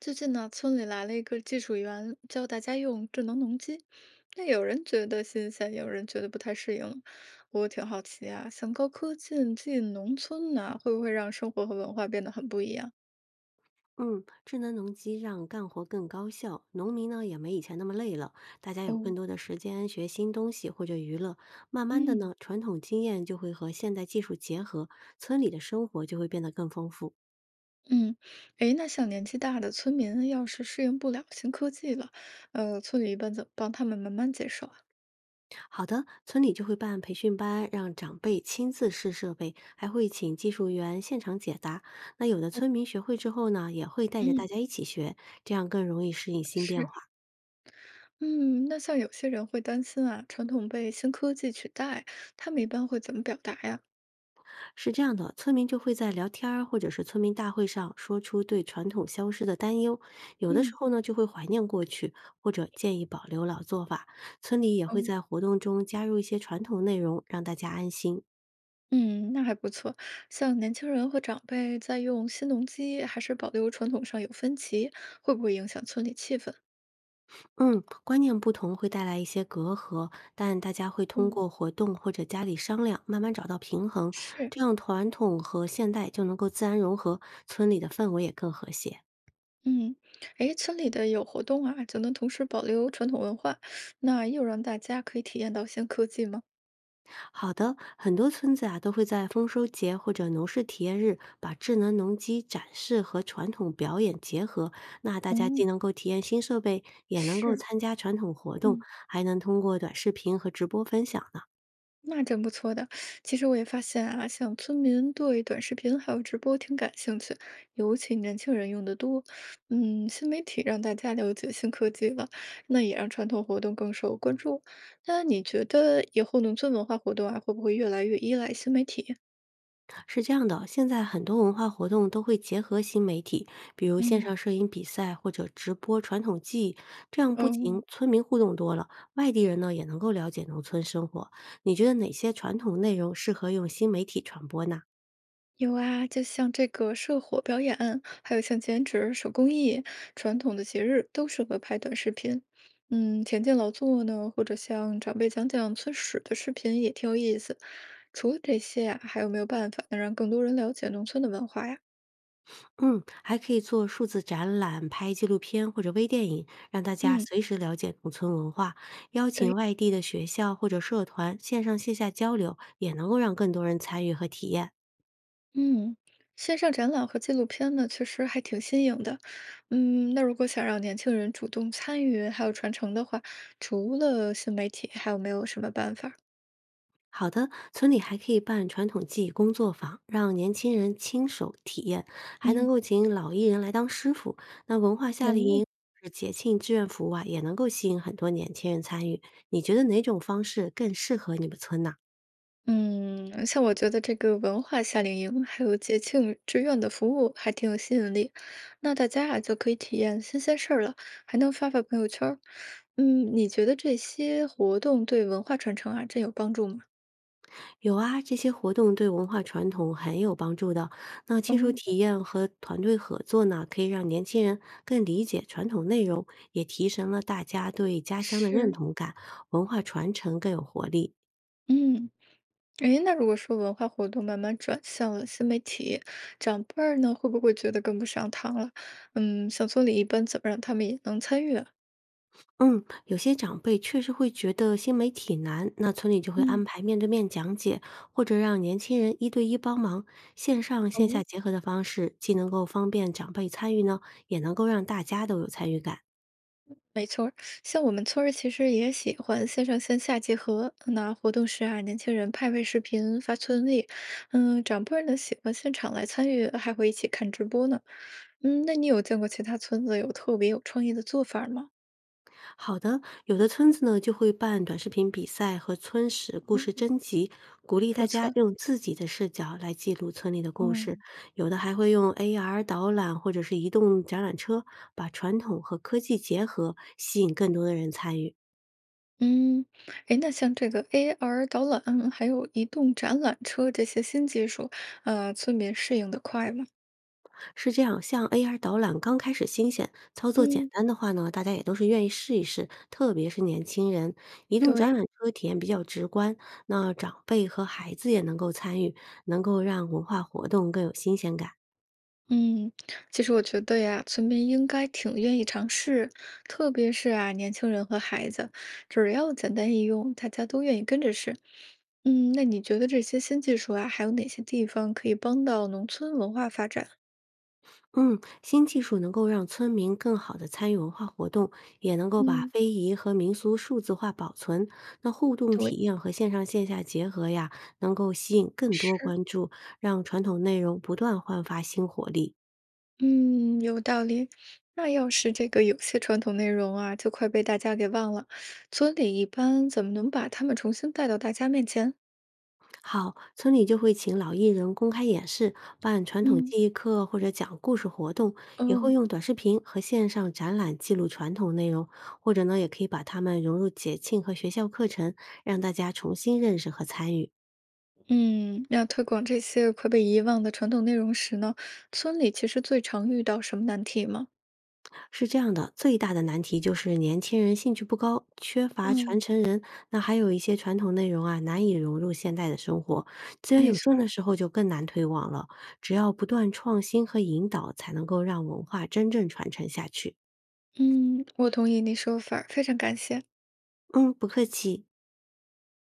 最近呢，村里来了一个技术员，教大家用智能农机。那有人觉得新鲜，有人觉得不太适应。我挺好奇啊，像高科技进农村呢，会不会让生活和文化变得很不一样？嗯，智能农机让干活更高效，农民呢也没以前那么累了，大家有更哦，多的时间学新东西或者娱乐。慢慢的嗯呢，传统经验就会和现代技术结合，村里的生活就会变得更丰富。嗯，诶，那像年纪大的村民，要是适应不了新科技了，村里一般怎么帮他们慢慢接受啊？好的，村里就会办培训班，让长辈亲自试设备，还会请技术员现场解答。那有的村民学会之后呢，也会带着大嗯，家一起学，这样更容易适应新变是，化。嗯，那像有些人会担心啊，传统被新科技取代，他们一般会怎么表达呀？是这样的，村民就会在聊天儿或者是村民大会上说出对传统消失的担忧，有的时嗯。候呢就会怀念过去，或者建议保留老做法。村里也会哦。在活动中加入一些传统内容，让大家安心。嗯，那还不错。像年轻人和长辈在用新农机还是保留传统上有分歧，会不会影响村里气氛？嗯，观念不同会带来一些隔阂，但大家会通嗯，过活动或者家里商量，慢慢找到平衡，是，这样传统和现代就能够自然融合，村里的氛围也更和谐。嗯，哎，村里的有活动啊，就能同时保留传统文化，那又让大家可以体验到新科技吗？好的，很多村子啊都会在丰收节或者农事体验日，把智能农机展示和传统表演结合。那大家既嗯，能够体验新设备，也能够是。参加传统活动，嗯。还能通过短视频和直播分享呢。那真不错的。其实我也发现啊，像村民对短视频还有直播挺感兴趣，尤其年轻人用的多。嗯，新媒体让大家了解新科技了，那也让传统活动更受关注。那你觉得以后农村文化活动啊，会不会越来越依赖新媒体？是这样的，现在很多文化活动都会结合新媒体，比如线嗯，上摄影比赛或者直播传统技艺，这样不仅嗯，村民互动多了，外地人呢也能够了解农村生活。你觉得哪些传统内容适合用新媒体传播呢？有啊，就像这个社火表演，还有像剪纸、手工艺、传统的节日，都适合拍短视频。嗯，田间劳作呢，或者像长辈讲讲村史的视频也挺有意思。除了这些啊，还有没有办法能让更多人了解农村的文化呀？嗯，还可以做数字展览、拍纪录片或者微电影，让大家嗯，随时了解农村文化。邀对，请外地的学校或者社团线上线下交流，也能够让更多人参与和体验。嗯，线上展览和纪录片呢，确实还挺新颖的。嗯，那如果想让年轻人主动参与还有传承的话，除了新媒体，还有没有什么办法？好的，村里还可以办传统技艺工作坊，让年轻人亲手体验，还能嗯，够请老艺人来当师傅。那文化夏令哦。营、是节庆志愿服务啊，也能够吸引很多年轻人参与。你觉得哪种方式更适合你们村呢？嗯，像我觉得这个文化夏令营还有节庆志愿的服务还挺有吸引力，那大家啊就可以体验新鲜事儿了，还能发发朋友圈儿。嗯，你觉得这些活动对文化传承啊真有帮助吗？有啊，这些活动对文化传统很有帮助的。那亲哦，属体验和团队合作呢，可以让年轻人更理解传统内容，也提升了大家对家乡的认是，同感，文化传承更有活力。嗯，诶，那如果说文化活动慢慢转向了新媒体，长辈儿呢会不会觉得跟不上趟了？嗯，小村里一般怎么让他们也能参与啊嗯，有些长辈确实会觉得新媒体难，那村里就会安嗯，排面对面讲解，或者让年轻人一对一帮忙，线上哦，线下没。结合的方式，既能够方便长辈参与呢，也能够让大家都有参与感。像我们村儿其实也喜欢线上线下结合。那活动时啊，年轻人拍拍视频发村里，嗯，长辈儿呢喜欢现场来参与，还会一起看直播呢。嗯，那你有见过其他村子有特别有创意的做法儿吗？好的，有的村子呢就会办短视频比赛和村史故事嗯征集，鼓励大不家错，用自己的视角来记录村里的故事。嗯，有的还会用 AR 导览或者是移动展览车，把传统和科技结合，吸引更多的人参与。嗯，哎，那像这个 AR 导览，还有移动展览车这些新技术，村民适应的快吗？是这样，像 AR 导览刚开始新鲜，操作简嗯，单的话呢，大家也都是愿意试一试，特别是年轻人。移动展对。览车体验比较直观，那长辈和孩子也能够参与，能够让文化活动更有新鲜感。嗯，其实我觉得呀，村民应该挺愿意尝试，特别是啊，年轻人和孩子，只要简单易用，大家都愿意跟着试。嗯，那你觉得这些新技术啊，还有哪些地方可以帮到农村文化发展？嗯，新技术能够让村民更好的参与文化活动，也能够把嗯，非遗和民俗数字化保存。那互动对，体验和线上线下结合呀，能够吸引更多是，关注，让传统内容不断焕发新活力。嗯，有道理。那要是这个有些传统内容啊，就快被大家给忘了，村里一般怎么能把他们重新带到大家面前？好，村里就会请老艺人公开演示，办传统嗯，技艺课或者讲故事活动，也会哦。用短视频和线上展览记录传统内容，或者呢，也可以把它们融入节庆和学校课程，让大家重新认识和参与。嗯，那推广这些快被遗忘的传统内容时呢，村里其实最常遇到什么难题吗？是这样的，最大的难题就是年轻人兴趣不高，缺乏传嗯，承人，那还有一些传统内容啊，难以融入现代的生活，资源没有限错儿的时候就更难推广了。只要不断创新和引导，才能够让文化真正传承下去。嗯，我同意你说法儿非常感谢。嗯，不客气。